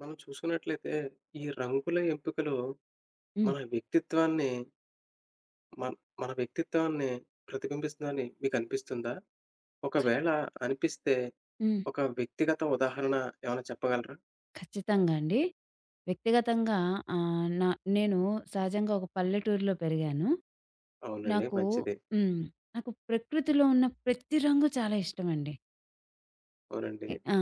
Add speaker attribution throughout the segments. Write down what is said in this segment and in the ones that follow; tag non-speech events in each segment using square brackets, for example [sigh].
Speaker 1: మనం చూసుకున్నట్లయితే ఈ రంగుల ఎంపికలు
Speaker 2: హ్మ్.
Speaker 1: మన వ్యక్తిత్వాన్ని మన మన వ్యక్తిత్వాన్ని ప్రతిబింబిస్తుందని మీకు అనిపిస్తుందా? ఒకవేళ అనిపిస్తే
Speaker 2: హ్మ్.
Speaker 1: ఒక వ్యక్తిగత ఉదాహరణ ఏమైనా చెప్పగలరా?
Speaker 2: ఖచ్చితంగా అండి. వ్యక్తిగతంగా ఆహ్, నా నేను సహజంగా ఒక పల్లెటూరులో పెరిగాను.
Speaker 1: అవునండి.
Speaker 2: నాకు
Speaker 1: మంచిదే.
Speaker 2: హ్మ్. నాకు ప్రకృతిలో ఉన్న ప్రతి రంగు చాలా ఇష్టమండి.
Speaker 1: అవునండి.
Speaker 2: ఎ ఆ!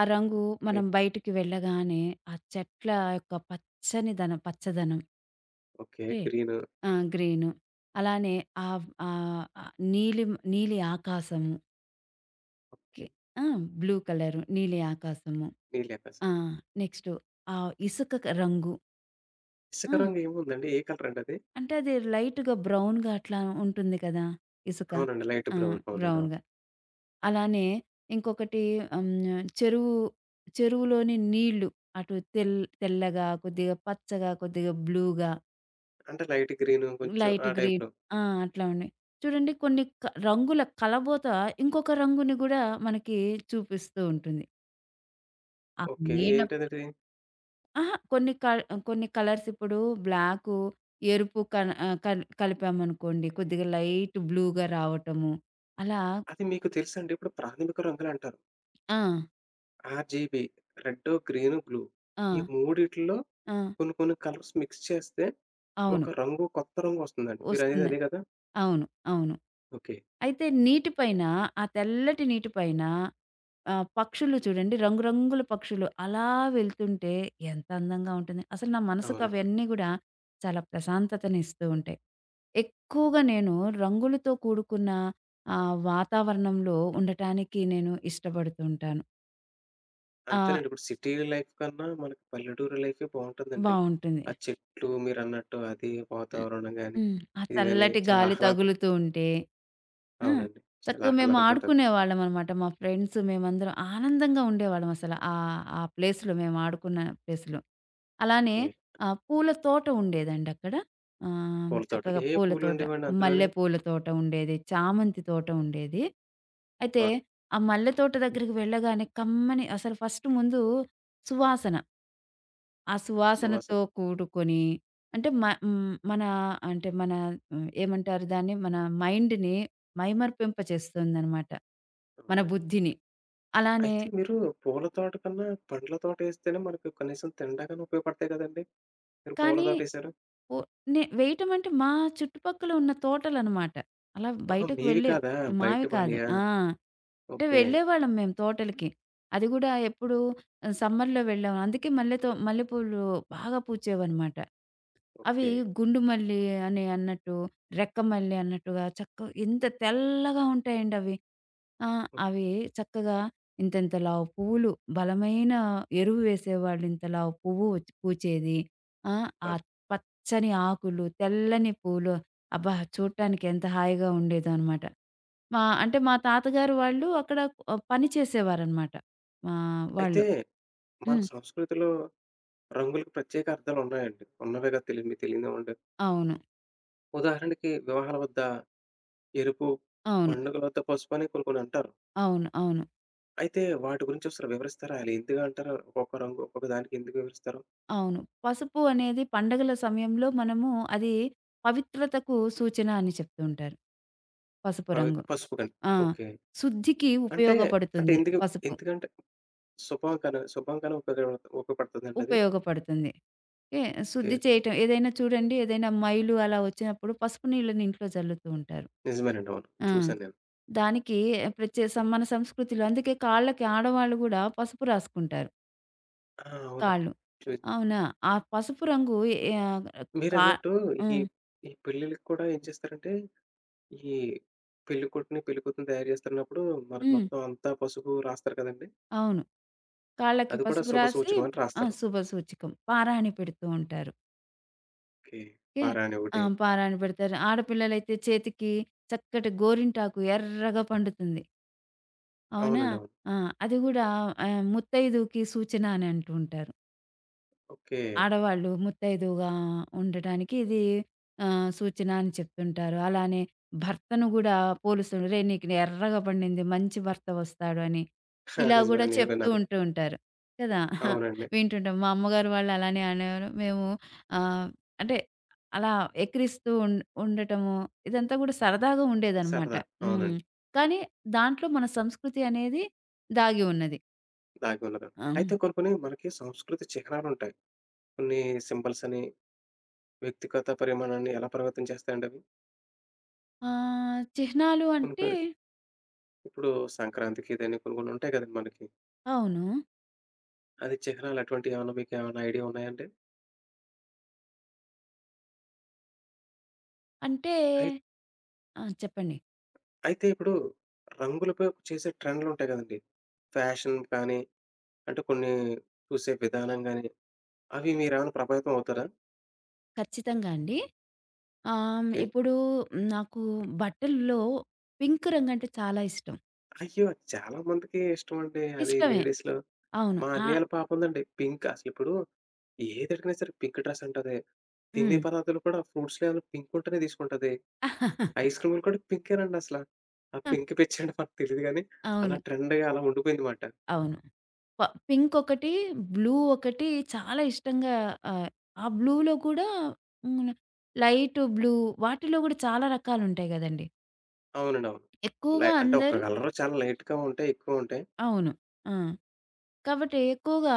Speaker 2: ఆ రంగు
Speaker 1: ఓకే.
Speaker 2: మనం బయటికి వెళ్ళగానే ఆ చెట్ల యొక్క పచ్చదనం.
Speaker 1: ఓకే.
Speaker 2: ఛీ!
Speaker 1: గ్రీను.
Speaker 2: ఆ! గ్రీను. అలానే ఆహ్, ఆహ్, ఆహ్, నీలి నీలి ఆకాశము. కి
Speaker 1: ఓకే.
Speaker 2: ఆ! బ్లూ కలరు, నీలి ఆకాశము.
Speaker 1: నీలాకాశం.
Speaker 2: ఆ! నెక్స్టు ఆ ఇసుక రంగు.
Speaker 1: ఇసుక
Speaker 2: ఆ!
Speaker 1: రంగు ఏముందండి? ఏ కలర్ అండి అది?
Speaker 2: అంటే అది లైట్‌గా బ్రౌన్‌గా అట్లా ఉంటుంది కదా! ఇసుక.
Speaker 1: అవునండి. లైట్
Speaker 2: ఆ!
Speaker 1: బ్రౌన్. అవునండి. అవును.
Speaker 2: బ్రౌన్‌గా. అలానే ఇంకొకటి ఆహ్, హ్మ్, చెరువు చెరువులోని నీళ్ళు అటు తెల్ తెల్లగా, కొద్దిగా పచ్చగా, కొద్దిగా బ్లూగా,
Speaker 1: అంటే లైట్ గ్రీను కొంచెం
Speaker 2: లైట్
Speaker 1: ఆ
Speaker 2: గ్రీన్.
Speaker 1: టైప్‌లో.
Speaker 2: ఆ! అట్లా ఉన్నాయి. చూడండి కొన్ని రంగుల కలబోత ఇంకొక రంగుని గూడా మనకి చూపిస్తూ ఉంటుంది. ఆ
Speaker 1: ఓకే.
Speaker 2: నీళ్ళ
Speaker 1: ఏంటదది?
Speaker 2: అహా! కొన్ని కలర్స్ ఇప్పుడు బ్లాకు, ఎరుపు కన ఆహ్, కల్ కలిపామనుకోండి కొద్దిగా లైట్ బ్లూగా రావటము. అలా
Speaker 1: అది మీకు తెలుసండి? ఇప్పుడు ప్రాథమిక రంగులంటారు.
Speaker 2: ఆ!
Speaker 1: ఆర్‌జీ‌బీ రెడ్డు, గ్రీను, బ్లూ
Speaker 2: ఆ!
Speaker 1: ఈ మూడిట్లో
Speaker 2: ఆ!
Speaker 1: కొన్ని కొన్ని కలర్స్ మిక్స్ చేస్తే
Speaker 2: అవును.
Speaker 1: ఒక రంగు కొత్త రంగొస్తుందండి. మీరనేది
Speaker 2: వస్తుంది.
Speaker 1: అదే గదా?
Speaker 2: అవును. అవును.
Speaker 1: ఓకే.
Speaker 2: అయితే నీటి పైన ఆ తెల్లటి నీటి పైన పక్షులు చూడండి రంగురంగుల పక్షులు అలా వెళ్తుంటే ఎంత అందంగా ఉంటుంది. అసలు నా మనసుకు
Speaker 1: అవునండి.
Speaker 2: అవన్నీ గూడా చాలా ప్రశాంతతనిస్తూ ఉంటాయి. ఎక్కువగా నేను రంగులతో కూడుకున్న వాతావరణంలో ఉండటానికి నేను ఇష్టపడుతూ ఉంటాను. ఆ!
Speaker 1: అంతేనండి. ఇప్పుడు సిటీ లైఫ్ కన్నా మనకి పల్లెటూరు లైఫే బావుంటుందండి.
Speaker 2: బావుంటుంది.
Speaker 1: ఆ చెట్లు మీరన్నట్టు అది
Speaker 2: హ్మ్.
Speaker 1: వాతావరణం గాని,
Speaker 2: హ్మ్. ఆ
Speaker 1: ఇది గాని
Speaker 2: చల్లటి
Speaker 1: చాలా
Speaker 2: గాలి
Speaker 1: ఆహ్లాదం
Speaker 2: తగులుతూ ఉంటే ఆ!
Speaker 1: అవునండి. చాలా
Speaker 2: చక్కగా మేము
Speaker 1: ఆహ్లాదంగా ఉంటది.
Speaker 2: ఆడుకునేవాళ్ళం అనమాట. మా ఫ్రెండ్స్ మేమందరం ఆనందంగా ఉండేవాళ్ళం అసల. ఆ ప్లేస్‌లో మేము ఆడుకున్న ప్లేస్‌లో. అలానే
Speaker 1: ఓకే.
Speaker 2: పూల తోట ఉండేదండి అక్కడ.
Speaker 1: పూల తోటలు.
Speaker 2: చక్కగా
Speaker 1: ఏ
Speaker 2: పూల తోట,
Speaker 1: పూలుండేవండి అందులోని?
Speaker 2: మల్లె పూల తోట ఉండేది, చామంతి తోట ఉండేది. అయితే
Speaker 1: అబ్బా!
Speaker 2: ఆ మల్లె తోట దగ్గరికి వెళ్ళగానే కమ్మని అసలు ఫస్ట్ ముందు సువాసన. ఆ
Speaker 1: సువాసన.
Speaker 2: సువాసనతో కూడుకొని అంటే మ హ్మ్. మన అంటే మన. హ్మ్. ఏమంటారు దాన్ని? మన మైండ్‌ని మైమరిపింపచేస్తుందనమాట. మన
Speaker 1: అవునండి.
Speaker 2: బుద్ధిని. అలానే
Speaker 1: అయితే మీరు పూల తోట కన్నా పండ్ల తోటేస్తేనే మనకు కనీసం తినడానికైనా ఉపయోగపడతాయి గదండీ! మీరు
Speaker 2: కానీ
Speaker 1: పూలతోటేశారు?
Speaker 2: ఓ నే వేయటం అంటే మా చుట్టుపక్కల ఉన్న తోటలనమాట. అలా
Speaker 1: ఆహా!
Speaker 2: బయటకు
Speaker 1: మీవి
Speaker 2: వెళ్ళేవి.
Speaker 1: కాదా? బయట
Speaker 2: మావి కాదు.
Speaker 1: వాళ్ళియా?
Speaker 2: ఆ! అంటే
Speaker 1: ఓకే.
Speaker 2: వెళ్ళేవాళ్ళం మేము తోటలకి. అది గూడా ఎప్పుడు సమ్మర్‌లో వెళ్ళాం. అందుకే మల్లెపూలు బాగా పూచేవనమాట. అవి
Speaker 1: ఓకే.
Speaker 2: గుండు మల్లి అని అన్నట్టు, రెక్క మల్లి అన్నట్టుగా చక్క ఎంత తెల్లగా ఉంటాయండి అవి. ఆ! అవి చక్కగా ఇంతింత లావు పువ్వులు బలమైన ఎరువు వేసేవాళ్ళు ఇంత లావు పువ్వు పూచేది. ఆ! ఆ
Speaker 1: అబ్బా!
Speaker 2: పచ్చని ఆకులు, తెల్లని పూలు అబ్బా! చూడటానికి ఎంత హాయిగా ఉండేదో అనమాట. మా తాతగారు వాళ్ళు అక్కడ పని చేసేవారనమాట. మా
Speaker 1: అయితే
Speaker 2: వాళ్ళు.
Speaker 1: మన
Speaker 2: హ్మ్.
Speaker 1: సంస్కృతిలో రంగులకు ప్రత్యేక అర్థాలున్నాయండి. ఉన్నవే కదా! తెలి మీకు తెలీనివి ఉండవు.
Speaker 2: అవును.
Speaker 1: ఉదాహరణకి వివాహాల వద్ద ఎరుపు,
Speaker 2: అవును.
Speaker 1: పండుగల వద్ద పసుపు అని కొన్ని కొన్ని అంటారు.
Speaker 2: అవును. అవును.
Speaker 1: అయితే వాటి గురించి అసలు వివరిస్తారా? ఆళ్ళు ఎందుకు అంటారు? ఒక్కొక్క రంగు ఒక్కొక్క దానికి ఎందుకు వివరిస్తారు?
Speaker 2: అవును. పసుపు అనేది పండగల సమయంలో మనము అది పవిత్రతకు సూచన అని చెప్తూ ఉంటారు. పసుపు
Speaker 1: ప
Speaker 2: రంగు.
Speaker 1: పసుపుకని.
Speaker 2: ఆ!
Speaker 1: ఓకే.
Speaker 2: శుద్ధికి
Speaker 1: అంటే అంటే
Speaker 2: ఉపయోగపడుతుంది
Speaker 1: ఎందుకు
Speaker 2: పసుపు.
Speaker 1: ఎందుకంటే శుభం కను ఉపయోగపడుతుందండి అది?
Speaker 2: ఉపయోగపడుతుంది. ఓకే.
Speaker 1: ఓకే.
Speaker 2: శుద్ధి చేయటం ఏదైనా చూడండి ఏదైనా మైలు అలా వచ్చినప్పుడు పసుపు నీళ్ళని ఇంట్లో జల్లుతూ ఉంటారు.
Speaker 1: నిజమేనండి. అవును.
Speaker 2: ఆ!
Speaker 1: చూసాను నేను.
Speaker 2: దానికి ప్రత్యే సం మన సంస్కృతిలో అందుకే కాళ్ళకి ఆడవాళ్ళు గూడా పసుపు రాసుకుంటారు
Speaker 1: ఆ! అవునండి.
Speaker 2: కాళ్ళు.
Speaker 1: చు
Speaker 2: అవునా? ఆ పసుపు రంగు యాహ్! కా
Speaker 1: మీరన్నట్టు ఈ,
Speaker 2: హ్మ్.
Speaker 1: ఈ పెళ్ళిళ్ళకి కూడా ఏం చేస్తారంటే, ఈ పెళ్ళికొడుకుని, పెళ్ళికూతురుని తయారు చేస్తున్నప్పుడు మనకు
Speaker 2: హ్మ్.
Speaker 1: మొత్తం అంతా పసుపు రాస్తారు కదండీ!
Speaker 2: అవును. కాళ్ళకి
Speaker 1: అది కూడా
Speaker 2: పసుపు రాసి
Speaker 1: శుభసూచకం అని
Speaker 2: ఆ!
Speaker 1: రాస్తారు.
Speaker 2: శుభ సూచకం. పారాణి పెడుతూ ఉంటారు.
Speaker 1: ఓకే.
Speaker 2: ఓకే.
Speaker 1: పారాణి
Speaker 2: ఆ!
Speaker 1: ఒకటి.
Speaker 2: పారాణి పెడతారు. ఆడపిల్లలైతే చేతికి చక్కటి గోరింటాకు ఎర్రగా పండుతుంది. అవునా?
Speaker 1: అవునండి. అవును.
Speaker 2: ఆ! అది గూడా ముత్తైదువుకి సూచన అని అంటూ ఉంటారు.
Speaker 1: ఓకే.
Speaker 2: ఆడవాళ్ళు ముత్తైదువుగా ఉండటానికి ఇది సూచన అని చెప్తుంటారు. అలానే భర్తను గూడా పోలుస్తుంటారు. "రేయ్! నీకు ఎర్రగా పండింది. మంచి భర్త వస్తాడు" అని.
Speaker 1: ఆ!
Speaker 2: ఇలా గూడా
Speaker 1: నిజమేనండి. నేను
Speaker 2: చెప్తూ
Speaker 1: విన్నాను.
Speaker 2: ఉంటారు. కదా! [laughs]
Speaker 1: అవునండి.
Speaker 2: వింటుంటాం. మా అమ్మగారు వాళ్ళు అలానే అనేవారు. మేము ఆహ్, అంటే అలా ఎక్కిరిస్తూ ఉం ఉండటము ఇదంతా గూడా సరదాగా ఉండేదనమాట.
Speaker 1: సరదా.
Speaker 2: హ్మ్.
Speaker 1: అవునండి.
Speaker 2: కానీ దాంట్లో మన సంస్కృతి అనేది దాగి ఉన్నది.
Speaker 1: దాగి ఉన్నదండి.
Speaker 2: అవును.
Speaker 1: అయితే కొన్ని, కొన్ని మనకి సంస్కృతి చిహ్నాలుంటాయి. కొన్ని సింబల్స్ అని, వ్యక్తిగత పరిమాణాన్ని ఎలా పరిమితం చేస్తాయండి అవి?
Speaker 2: చిహ్నాలు
Speaker 1: కొన్ని,
Speaker 2: అంటే
Speaker 1: కొన్ని ఇప్పుడు సంక్రాంతికి ఇదని కొన్ని, కొన్ని ఉంటాయి కదండీ మనకి.
Speaker 2: అవును.
Speaker 1: అది చిహ్నాలు అటువంటియేమన్నా మీకేమన్నా ఐడియా ఉన్నాయండి?
Speaker 2: అంటే
Speaker 1: అయి
Speaker 2: ఆ! చెప్పండి.
Speaker 1: అయితే ఇప్పుడు రంగులపై చేసే ట్రెండ్‌లుంటాయి గదండీ! ఫ్యాషన్ కానీ, అంటే కొన్ని చూసే విధానం గానీ, అవి మీరేమన్నా ప్రభావితం అవుతారా?
Speaker 2: ఖచ్చితంగా అండి.
Speaker 1: ఓకే.
Speaker 2: ఇప్పుడు నాకు బట్టల్లో పింక్ రంగంటే చాలా ఇష్టం.
Speaker 1: అయ్యో! చాలా మందికి ఇష్టమండి. అది
Speaker 2: ఇష్టమే.
Speaker 1: లేడీస్‌లో
Speaker 2: అవును.
Speaker 1: మా
Speaker 2: ఆ!
Speaker 1: అన్నయ్యల పాప ఉందండి పింక్ అసలిప్పుడు ఏదడిగినా సరే పింక్ డ్రెస్ అంటది. తినే
Speaker 2: హ్మ్.
Speaker 1: పదార్థాలు కూడా ఫ్రూట్స్‌లో ఏమైనా పింక్ ఉంటేనే తీసుకుంటది.
Speaker 2: [laughs]
Speaker 1: ఐస్ క్రీములు కూడా పింకేనండి అసల. ఆ పింక్ పిచ్చండి మనకు తెలీదు గానీ, అలా
Speaker 2: అవును.
Speaker 1: ట్రెండ్‌గా అలా ఉండిపోయింది మాట.
Speaker 2: అవును. ప పింక్ ఒకటి, బ్లూ ఒకటి చాలా ఇష్టంగా ఆహ్, ఆ బ్లూలో కూడా హ్మ్. లైట్ బ్లూ వాటిలో కూడా చాలా రకాలుంటాయి గదండీ.
Speaker 1: అవునండి. అవును.
Speaker 2: ఎక్కువగా అందరూ
Speaker 1: అంటే ఒక కలర్ చాలా లైట్‌గా ఉంటాయి. ఎక్కువుంటాయి.
Speaker 2: అవును. ఆ! కాబట్టి ఎక్కువగా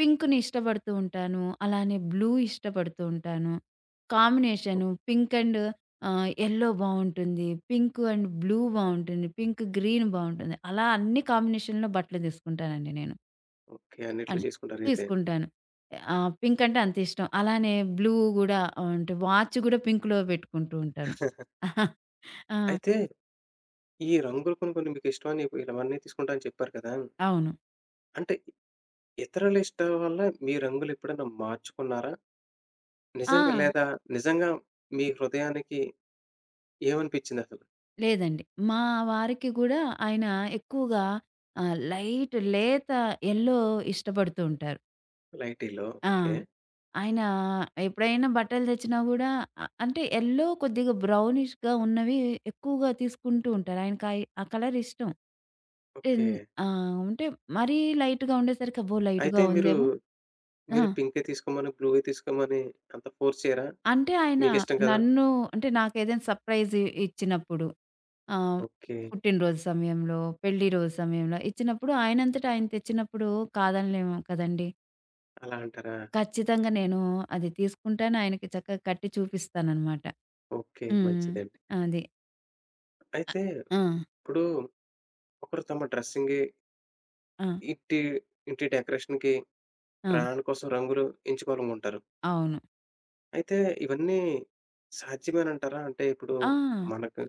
Speaker 2: పింక్‌ని ఇష్టపడుతూ ఉంటాను. అలానే బ్లూ ఇష్టపడుతూ ఉంటాను. కాంబినేషను పింక్ అండ్ యెల్లో బావుంటుంది. పింక్ అండ్ బ్లూ బావుంటుంది. పింక్ గ్రీన్ బావుంటుంది. అలా అన్ని కాంబినేషన్‌లో బట్టలు తీసుకుంటానండి నేను.
Speaker 1: ఓకే. అన్నిట్లో
Speaker 2: అన్
Speaker 1: చేసుకుంటారైతే.
Speaker 2: తీసుకుంటాను. పింక్ అంటే అంత ఇష్టం. అలానే బ్లూ గూడా అంటే వాచ్ గూడా పింక్‌లో పెట్టుకుంటూ
Speaker 1: అయితే
Speaker 2: ఉంటాను.
Speaker 1: [laughs]
Speaker 2: [laughs] ఆ!
Speaker 1: అయితే ఈ రంగులు కొన్ని కొన్ని మీకిష్టమని చెప్పి ఇవన్నీ తీసుకుంటా అని చెప్పారు కదా!
Speaker 2: అవును.
Speaker 1: అంటే ఇతరుల ఇష్టం వల్ల మీ రంగులెప్పుడైనా మార్చుకున్నారా?
Speaker 2: ఆ!
Speaker 1: నిజంగా లేదా నిజంగా మీ హృదయానికి ఏమనిపించిందసలు?
Speaker 2: లేదండి. మా వారికి గూడా ఆయన ఎక్కువగా లైట్ లేత యెల్లో ఇష్టపడుతూ ఉంటారు.
Speaker 1: లైటీలో.
Speaker 2: ఆ!
Speaker 1: ఓకే.
Speaker 2: ఆయన ఎప్పుడైనా బట్టలు తెచ్చినా గూడా అంటే యెల్లో కొద్దిగా బ్రౌనిష్‌గా ఉన్నవి ఎక్కువగా తీసుకుంటూ ఉంటారు. ఆయనకాయి ఆ ఆ కలర్ ఇష్టం.
Speaker 1: ఓకే.
Speaker 2: ఇన్ అంటే మరీ లైట్‌గా ఉండేసరికి అబ్బో!
Speaker 1: అయితే
Speaker 2: లైట్‌గా
Speaker 1: మీరు,
Speaker 2: ఉందేమో ఆ!
Speaker 1: మీరు పింకే తీసుకోమని, బ్లూయే తీసుకోమని అంత ఫోర్స్ చేయరా?
Speaker 2: అంటే ఆయన
Speaker 1: మీకిష్టం కదా!
Speaker 2: నన్ను అంటే నాకేదైనా సర్ప్రైజ్ ఇచ్చినప్పుడు. ఆ!
Speaker 1: ఓకే.
Speaker 2: పుట్టినరోజు సమయంలో, పెళ్లి రోజు సమయంలో ఇచ్చినప్పుడు ఆయనంతట ఆయన తెచ్చినప్పుడు కాదనలేము కదండీ!
Speaker 1: అలా అంటారా?
Speaker 2: ఖచ్చితంగా నేను అది తీసుకుంటాను. ఆయనకి చక్కగా కట్టి చూపిస్తాననమాట.
Speaker 1: ఓకే.
Speaker 2: హ్మ్.
Speaker 1: మంచిదండి.
Speaker 2: అది.
Speaker 1: అయితే
Speaker 2: ఆ!
Speaker 1: ఇప్పుడు ఒకరు తమ డ్రెస్సింగ్‌కి,
Speaker 2: ఆ!
Speaker 1: ఇంటి ఇంటి డెకరేషన్‌కి,
Speaker 2: ఆ!
Speaker 1: బ్రాండ్ కోసం రంగులు ఎంచుకోవాలనుకుంటారు.
Speaker 2: అవును.
Speaker 1: అయితే ఇవన్నీ సాధ్యమేనంటారా?
Speaker 2: ఆ!
Speaker 1: మనకు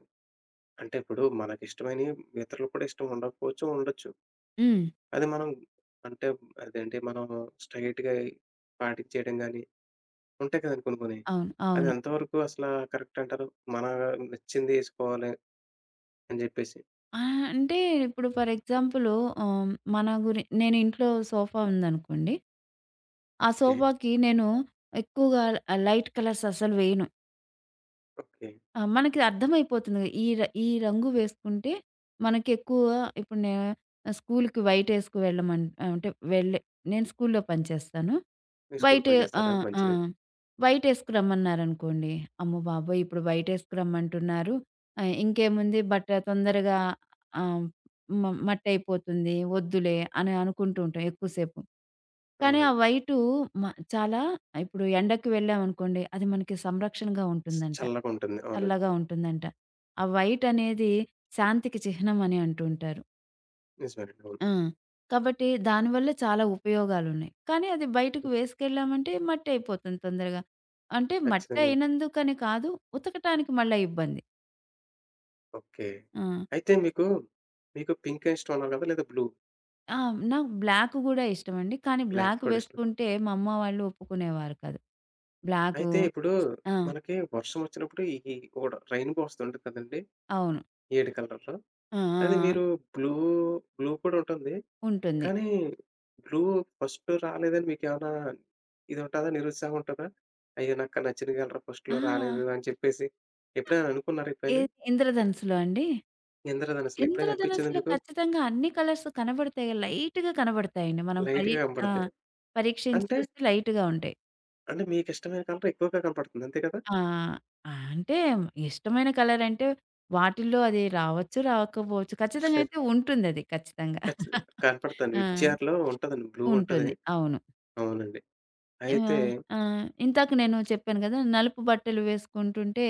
Speaker 1: అంటే ఇప్పుడు మనకిష్టమైనయి ఇతరులకు కూడా ఇష్టం ఉండకపోవచ్చు, ఉండొచ్చు.
Speaker 2: హ్మ్.
Speaker 1: అది మనం అంటే అదేంటి మనం స్ట్రెయిట్‌గా పాటించేయడం గాని, ఉంటాయి కదండీ కొన్ని కొన్ని.
Speaker 2: అవును.
Speaker 1: అది
Speaker 2: అవును.
Speaker 1: ఎంతవరకు అసల కరెక్ట్ అంటారు? మన నచ్చింది ఏసుకోవాలి అని జెప్పేసి.
Speaker 2: ఆ! అంటే ఇప్పుడు ఫర్ ఎగ్జాంపుల్ ఆహ్, మన గురి నేను ఇంట్లో సోఫా ఉందనుకోండి. ఆ
Speaker 1: ఓకే.
Speaker 2: సోఫాకి నేను ఎక్కువగా లైట్ కలర్స్ అస్సలు వేయను.
Speaker 1: ఓకే.
Speaker 2: ఆ! మనకి అర్థమైపోతుంది. ఈ రంగు వేసుకుంటే మనకెక్కువ ఇప్పుడు నే స్కూలుకి వైటేసుకు వెళ్ళమన్ అంటే వెళ్ళే నేను స్కూలులో పనిచేస్తాను.
Speaker 1: మీ స్కూల్‌లో
Speaker 2: వైట్.
Speaker 1: పని
Speaker 2: ఆ!
Speaker 1: జేస్తారా?
Speaker 2: ఆ!
Speaker 1: మంచిదే.
Speaker 2: వైటేసుకు రమ్మన్నారనుకోండి. అమ్మ బాబోయ్! ఇప్పుడు వైటేసుకు రమ్మంటున్నారు. ఇంకేముంది బట్ట తొందరగా ఆహ్, మ మట్టయిపోతుంది వద్దులే అని అనుకుంటూ ఉంటాం ఎక్కువ సేపు. కానీ ఆ
Speaker 1: అవునండి.
Speaker 2: వైటు మ చాలా ఇప్పుడు ఎండకి వెళ్ళామనుకోండి, అది మనకి సంరక్షణగా ఉంటుందంట.
Speaker 1: చల్లగుంటుంది. అవునండి.
Speaker 2: చల్లగా ఉంటుందంట. ఆ వైట్ అనేది శాంతికి చిహ్నం అని అంటూ ఉంటారు.
Speaker 1: నిజమేనండి. అవును.
Speaker 2: ఆ! కాబట్టి దానివల్ల చాలా ఉపయోగాలున్నాయి. కానీ అది బయటకు వేసుకెళ్ళామంటే మట్టి అయిపోతుంది తొందరగా. అంటే మట్టి
Speaker 1: ఖచ్చితంగా.
Speaker 2: అయినందుకని కాదు, ఉతకటానికి మళ్ళా ఇబ్బంది.
Speaker 1: ఓకే.
Speaker 2: ఆ!
Speaker 1: అయితే మీకు, మీకు పింక్ ఇష్టం అన్నారు కదా! లేదా బ్లూ,
Speaker 2: ఆ! నాకు బ్లాక్ గూడా ఇష్టమండి. కానీ
Speaker 1: బ్లాక్
Speaker 2: బ్లాక్
Speaker 1: కూడా ఇష్టం.
Speaker 2: వేసుకుంటే మా అమ్మ వాళ్ళు ఒప్పుకునేవారు కాదు. బ్లాకు
Speaker 1: అయితే ఇప్పుడు
Speaker 2: ఆ!
Speaker 1: మనకి వర్షం వచ్చినప్పుడు ఈ కూడా రెయిన్‌బో వస్తుంటది కదండీ!
Speaker 2: అవును.
Speaker 1: 7 కలర్‌లో.
Speaker 2: ఆ! ఆ!
Speaker 1: అది
Speaker 2: ఆ!
Speaker 1: మీరు బ్లూ, బ్లూ కూడా ఉంటుంది.
Speaker 2: ఉంటుంది.
Speaker 1: కానీ బ్లూ ఫస్ట్ రాలేదని మీకేమన్నా ఇది ఉంటదా? నిరుత్సాహం ఉంటదా? అయ్యో! నాకు నచ్చిన కలర్ ఫస్ట్‌లో
Speaker 2: ఆహా!
Speaker 1: రాలేదు అని చెప్పేసి ఎప్పుడైనా అనుకున్నారా ఎప్పుడైనా?
Speaker 2: ఏది 'ఇంద్రధనుస్సులో' అండి?
Speaker 1: ఎందుకు రాదనసలు ఎప్పుడైనా అనిపించిందా
Speaker 2: 'ఇంద్రధనుస్సులో'
Speaker 1: మీకు?
Speaker 2: ఖచ్చితంగా అన్ని కలర్స్ కనబడతాయి. లైట్‌గా కనబడతాయండి. మనం పరి
Speaker 1: లైట్‌గా
Speaker 2: ఆ!
Speaker 1: కనపడతాయి.
Speaker 2: పరీక్షించి
Speaker 1: అంటే
Speaker 2: చూస్తే లైట్‌గా ఉంటాయి.
Speaker 1: అంటే మీకిష్టమైన కలర్ ఎక్కువగా కనపడుతుంది. అంతే కదా!
Speaker 2: ఆ! ఆ! అంటే ఇష్టమైన కలర్ అంటే వాటిల్లో అది రావచ్చు, రాకపోవచ్చు. ఖచ్చితంగా అయితే ఉంటుందది ఖచ్చితంగా.
Speaker 1: ఖచ్చితంగా కనపడతాను.
Speaker 2: ఆ!
Speaker 1: వెబ్‌జిఆర్‌లో ఉంటదండి. బ్లూ ఉంటది.
Speaker 2: ఉంటుంది. అవును.
Speaker 1: అవునండి. అయితే
Speaker 2: ఆహ్, ఆహ్, ఇందాక నేను చెప్పాను కదా! నలుపు బట్టలు వేసుకుంటుంటే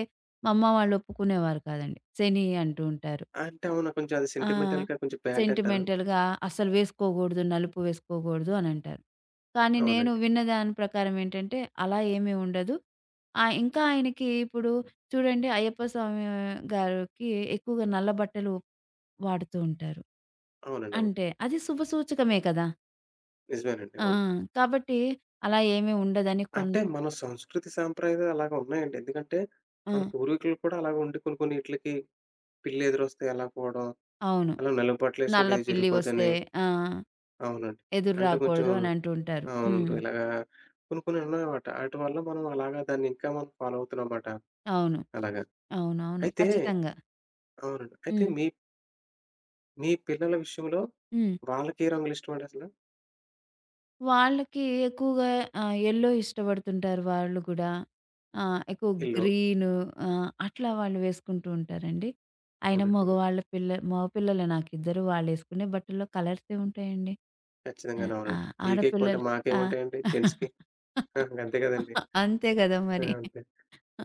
Speaker 2: మా అమ్మ వాళ్ళు ఒప్పుకునేవారు కాదండి. శని అంటూ ఉంటారు.
Speaker 1: అంటే అవును. కొంచెం అది
Speaker 2: ఆ!
Speaker 1: సెంటిమెంటల్‌గా కొంచెం బ్యాడ్ అంటారు.
Speaker 2: సెంటిమెంటల్‌గా అస్సలు వేసుకోకూడదు, నలుపు వేసుకోకూడదు అనంటారు. కానీ నేను
Speaker 1: అవునండి.
Speaker 2: విన్న దాని ప్రకారం ఏంటంటే, అలా ఏమీ ఉండదు. ఇంకా ఆయనకి ఇప్పుడు చూడండి అయ్యప్ప స్వామి గారికి ఎక్కువగా నల్ల బట్టలు వాడుతూ ఉంటారు.
Speaker 1: అవునండి. అవును.
Speaker 2: అంటే అది శుభ సూచకమే కదా!
Speaker 1: నిజమేనండి.
Speaker 2: ఆ!
Speaker 1: అవును.
Speaker 2: కాబట్టి అలా ఏమీ ఉండదని కొన్
Speaker 1: అంటే మన సంస్కృతి సాంప్రదాయాలు అలాగ ఉన్నాయండి. ఎందుకంటే
Speaker 2: ఆ!
Speaker 1: మన పూర్వీకులు కూడా అలాగ ఉండి కొన్ని కొన్ని ఈట్లకి పిల్లెదురొస్తే ఎలా పోవడం,
Speaker 2: అవును.
Speaker 1: అలా నలుగు
Speaker 2: నల్ల
Speaker 1: బట్టలేసుకుంటే ఏదో
Speaker 2: పిల్లి వస్తే
Speaker 1: జరిగిపోద్దని
Speaker 2: ఆ!
Speaker 1: అవునండి.
Speaker 2: ఎదురు
Speaker 1: అంటే కొంచెం
Speaker 2: రాకూడదు అని అంటూ ఉంటారు.
Speaker 1: అవునండి.
Speaker 2: హ్మ్.
Speaker 1: ఇలాగా కొన్ని కొన్ని ఉన్నాయన్నమాట. ఆటి వల్ల మనం అలాగా దాన్ని ఇంకా మనం ఫాలో అవుతున్నాం మాట.
Speaker 2: అవును.
Speaker 1: అలాగ.
Speaker 2: అవునవును.
Speaker 1: అయితే
Speaker 2: ఖచ్చితంగా.
Speaker 1: అవునండి. అయితే
Speaker 2: హ్మ్.
Speaker 1: మీ మీ పిల్లల విషయంలో
Speaker 2: హ్మ్.
Speaker 1: వాళ్ళకి ఏ రంగులిష్టమండి అసలు?
Speaker 2: వాళ్ళకి ఎక్కువగా యెల్లో ఇష్టపడుతుంటారు వాళ్ళు గూడా. ఎక్కువ
Speaker 1: యెల్లో.
Speaker 2: గ్రీను అట్లా వాళ్ళు వేసుకుంటూ ఉంటారండి. అయినా
Speaker 1: అవునండి.
Speaker 2: మగవాళ్ళ పిల్ల మగ పిల్లలే నాకిద్దరు. వాళ్ళేసుకునే బట్టల్లో కలర్స్ ఏముంటాయండి? ఆ!
Speaker 1: ఖచ్చితంగాను
Speaker 2: ఆ!
Speaker 1: అవునండి.
Speaker 2: ఆడపిల్లలు
Speaker 1: మీకెక్కువుంటాయి.
Speaker 2: ఆ!
Speaker 1: మాకేముంటాయండి జెంట్స్‌కి.
Speaker 2: [laughs]
Speaker 1: [laughs] అంతే కదండీ!
Speaker 2: అంతే గదా
Speaker 1: ఆ!
Speaker 2: మరి.
Speaker 1: అంతే.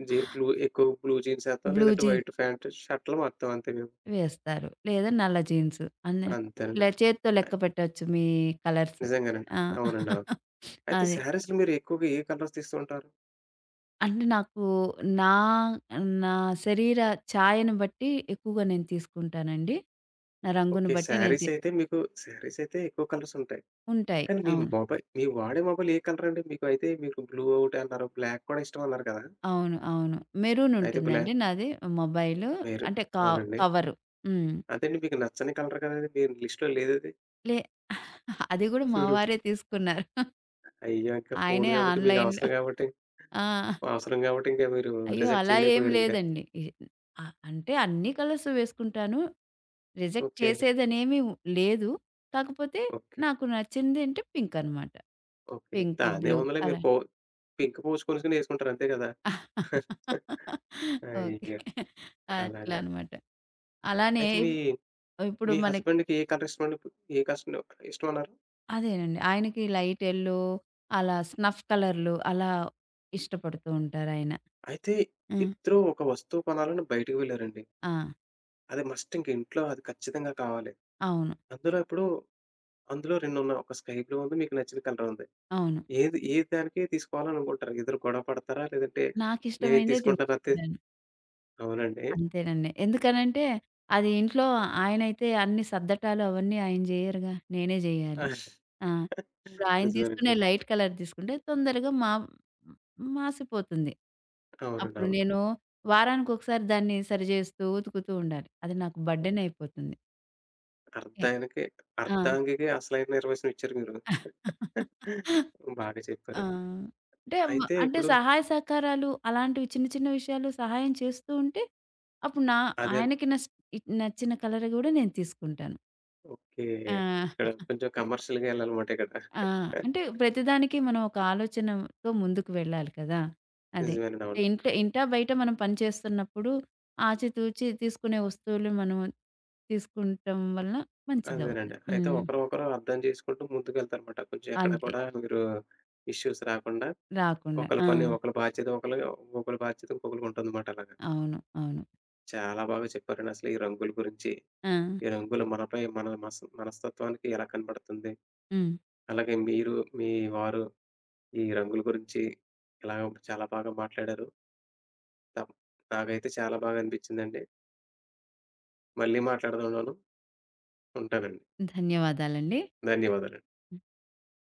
Speaker 1: జీ బ్లూ ఎక్కువ బ్లూ జీన్స్ ఏత్తాం.
Speaker 2: బ్లూ
Speaker 1: లేదంటే
Speaker 2: జీన్స్
Speaker 1: వైట్ ప్యాంట్, షర్ట్‌లు మారుతాం అంతే మేము.
Speaker 2: వేస్తారు. లేదా నల్ల జీన్స్. అన్ని
Speaker 1: అంతేనండి.
Speaker 2: ఇలా చేత్తో
Speaker 1: అయ్
Speaker 2: లెక్క పెట్టొచ్చు మీ కలర్స్.
Speaker 1: నిజంగానండి. అవునండి. అవును.
Speaker 2: [laughs] ఆ!
Speaker 1: అయితే
Speaker 2: అదే.
Speaker 1: శారీస్‌లో మీరు ఎక్కువగా ఏ కలర్స్ తీస్తూ ఉంటారు?
Speaker 2: అంటే నాకు నా నా శరీర ఛాయను బట్టి ఎక్కువగా నేను తీసుకుంటానండి. నా రంగును
Speaker 1: ఓకే.
Speaker 2: బట్టి నేను
Speaker 1: శారీస్
Speaker 2: తీ
Speaker 1: అయితే మీకు శారీస్ అయితే ఎక్కువ కలర్స్ ఉంటాయి.
Speaker 2: ఉంటాయి.
Speaker 1: కానీ మీ
Speaker 2: అవును.
Speaker 1: మొబైల్ మీరు వాడే మొబైల్ ఏ కలరండి? మీకు అయితే మీకు బ్లూ ఒకటి అన్నారు. బ్లాక్ కూడా ఇష్టమన్నారు కదా!
Speaker 2: అవును. అవును. మెరూన్
Speaker 1: అయితే
Speaker 2: ఉంటుందండి నాది మొబైలు.
Speaker 1: మీరు.
Speaker 2: అంటే
Speaker 1: అవునండి.
Speaker 2: కవరు. హ్మ్.
Speaker 1: అదేండి మీకు నచ్చని కలర్ కదండీ! మీ లిస్ట్‌లో లేదది.
Speaker 2: లే అది గూడా మా వారే తీసుకున్నారు.
Speaker 1: అయ్యో! ఇంక ఫోను
Speaker 2: ఆయనే
Speaker 1: గాబట్టి మీకు
Speaker 2: ఆన్‌లైన్‌లో
Speaker 1: అవసరం గాబట్టి
Speaker 2: ఆ!
Speaker 1: అవసరం గాబట్టి ఇంక మీరు
Speaker 2: అయ్యో!
Speaker 1: రిజెక్ట్
Speaker 2: అలా ఏం
Speaker 1: చేయలేకపోయారింక.
Speaker 2: లేదండి. ఇ అ అంటే అన్ని కలర్స్ వేసుకుంటాను. Reject
Speaker 1: okay.
Speaker 2: చేసేదనేమి లేదు. కాకపోతే
Speaker 1: ఓకే.
Speaker 2: నాకు నచ్చిందేంటే పింక్ అనమాట.
Speaker 1: ఓకే.
Speaker 2: పెంకు, బ్లూ
Speaker 1: దానిదేముందిలే మీరు
Speaker 2: అలా.
Speaker 1: పింక్ పౌచ్ కొనుక్కొని యేసుకుంటారు అంతే గదా!
Speaker 2: ఓకే.
Speaker 1: అయ్యో!
Speaker 2: అట్లా
Speaker 1: అలాగా.
Speaker 2: అనమాట. అలానే
Speaker 1: అయితే మీ
Speaker 2: ఇప్పుడు
Speaker 1: మీ
Speaker 2: మనకి
Speaker 1: హస్బెండ్‌కి ఏ కలర్ ఇష్టమండి? ఏ కస్టం ఇష్టమన్నారు?
Speaker 2: అదేనండి. ఆయనకి లైట్ యెల్లో అలా స్నఫ్ కలర్‌లు అలా ఇష్టపడుతూ ఉంటారాయన.
Speaker 1: అయితే
Speaker 2: హ్మ్.
Speaker 1: ఇద్దరూ ఒక వస్తువు కొనాలని బయటికి వెళ్లారండి.
Speaker 2: ఆ!
Speaker 1: అది మస్ట్ ఇంక ఇంట్లో అది ఖచ్చితంగా కావాలి.
Speaker 2: ఆ, అవును.
Speaker 1: అందులో ఇప్పుడు అందులో 2 ఉన్నాయి. ఒక స్కై బ్లూ ఉంది. మీకు నచ్చిన కలర్ ఉంది.
Speaker 2: అవును.
Speaker 1: ఏది ఏది దానికి తీసుకోవాలని అనుకుంటారు. ఇద్దరు గొడవ పడతారా? లేదంటే నేను ఇది
Speaker 2: నాకిష్టమైనదే
Speaker 1: తీసుకుంటాను అత్తే
Speaker 2: తీసుకుంటాను.
Speaker 1: అవునండి.
Speaker 2: అంతేనండి. ఎందుకనంటే, అది ఇంట్లో ఆయనైతే అన్ని సర్దటాలు అవన్నీ ఆయన జేయరుగా. నేనే జేయాలి.
Speaker 1: [laughs]
Speaker 2: ఆ! ఇప్పుడు ఆయన తీసుకునే
Speaker 1: నిజమేనండి.
Speaker 2: లైట్ కలర్ తీసుకుంటే తొందరగా మాసిపోతుంది.
Speaker 1: అవునండి.
Speaker 2: అప్పుడు
Speaker 1: అవును.
Speaker 2: నేను వారానికొకసారి దాన్ని సరిజేస్తూ, ఉతుకుతూ ఉండాలి. అది నాకు బర్డెన్ అయిపోతుంది. ఓకే.
Speaker 1: అర్ధాయనకి
Speaker 2: ఆ!
Speaker 1: అర్ధాంగికి అసలైన నిర్వచనం ఇచ్చారు మీరు. [laughs]
Speaker 2: [laughs]
Speaker 1: బాగా
Speaker 2: ఆ!
Speaker 1: చెప్పారు.
Speaker 2: అంటే మ
Speaker 1: అయితే
Speaker 2: అంటే
Speaker 1: ఇప్పుడు
Speaker 2: సహాయ సహకారాలు అలాంటివి చిన్న చిన్న విషయాలు సహాయం చేస్తూ ఉంటే, అప్పుడు నా
Speaker 1: అదే
Speaker 2: ఆయనకి నస్ ఇ నచ్చిన కలర్ గూడా నేను తీసుకుంటాను.
Speaker 1: ఓకే.
Speaker 2: ఆ!
Speaker 1: ఇక్కడ కొంచెం కమర్షియల్‌గా ఎళ్ళాలన్నమాట ఇక్కడ.
Speaker 2: ఆ! అంటే
Speaker 1: [laughs]
Speaker 2: ప్రతిదానికి మనం ఒక ఆలోచనతో ముందుకు వెళ్ళాలి కదా! అదే.
Speaker 1: నిజమేనండి. అవును.
Speaker 2: ఇంటా బయట మనం పని చేస్తున్నప్పుడు ఆచితూచి తీసుకునే వస్తువులు మనం తీసుకుంటం వలన మంచిదవుతుంది.
Speaker 1: అదేనండి. అయితే
Speaker 2: హ్మ్.
Speaker 1: ఒకరు ఒకరు అర్థం చేసుకుంటూ ముందుకెళ్తారన్నమాట. కొంచెం ఎక్కడ
Speaker 2: అంతే.
Speaker 1: కూడా మీరు ఇష్యూస్ రాకుండా
Speaker 2: రాకుండా.
Speaker 1: ఒకళ్ళ
Speaker 2: ఆ!
Speaker 1: పని ఒకళ్ళ బాధ్యత ఒకళ్ళ ఒకళ్ళ బాధ్యత ఇంకొకళ్ళకుంటుందన్నమాట అలాగా.
Speaker 2: అవును. అవును.
Speaker 1: చాలా బాగా చెప్పారండి అసలు ఈ రంగుల గురించి.
Speaker 2: ఆ!
Speaker 1: ఈ రంగులు మనపై మన మనస్తత్వానికి ఎలా కనపడుతుంది?
Speaker 2: హ్మ్.
Speaker 1: అలాగే మీరు, మీ వారు ఈ రంగుల గురించి ఇలా చాలా బాగా మాట్లాడారు. త నాకైతే చాలా బాగా అనిపించిందండి. మళ్ళీ మాట్లాడదాం మనం. ఉంటానండి.
Speaker 2: ధన్యవాదాలండి.
Speaker 1: ధన్యవాదాలండి.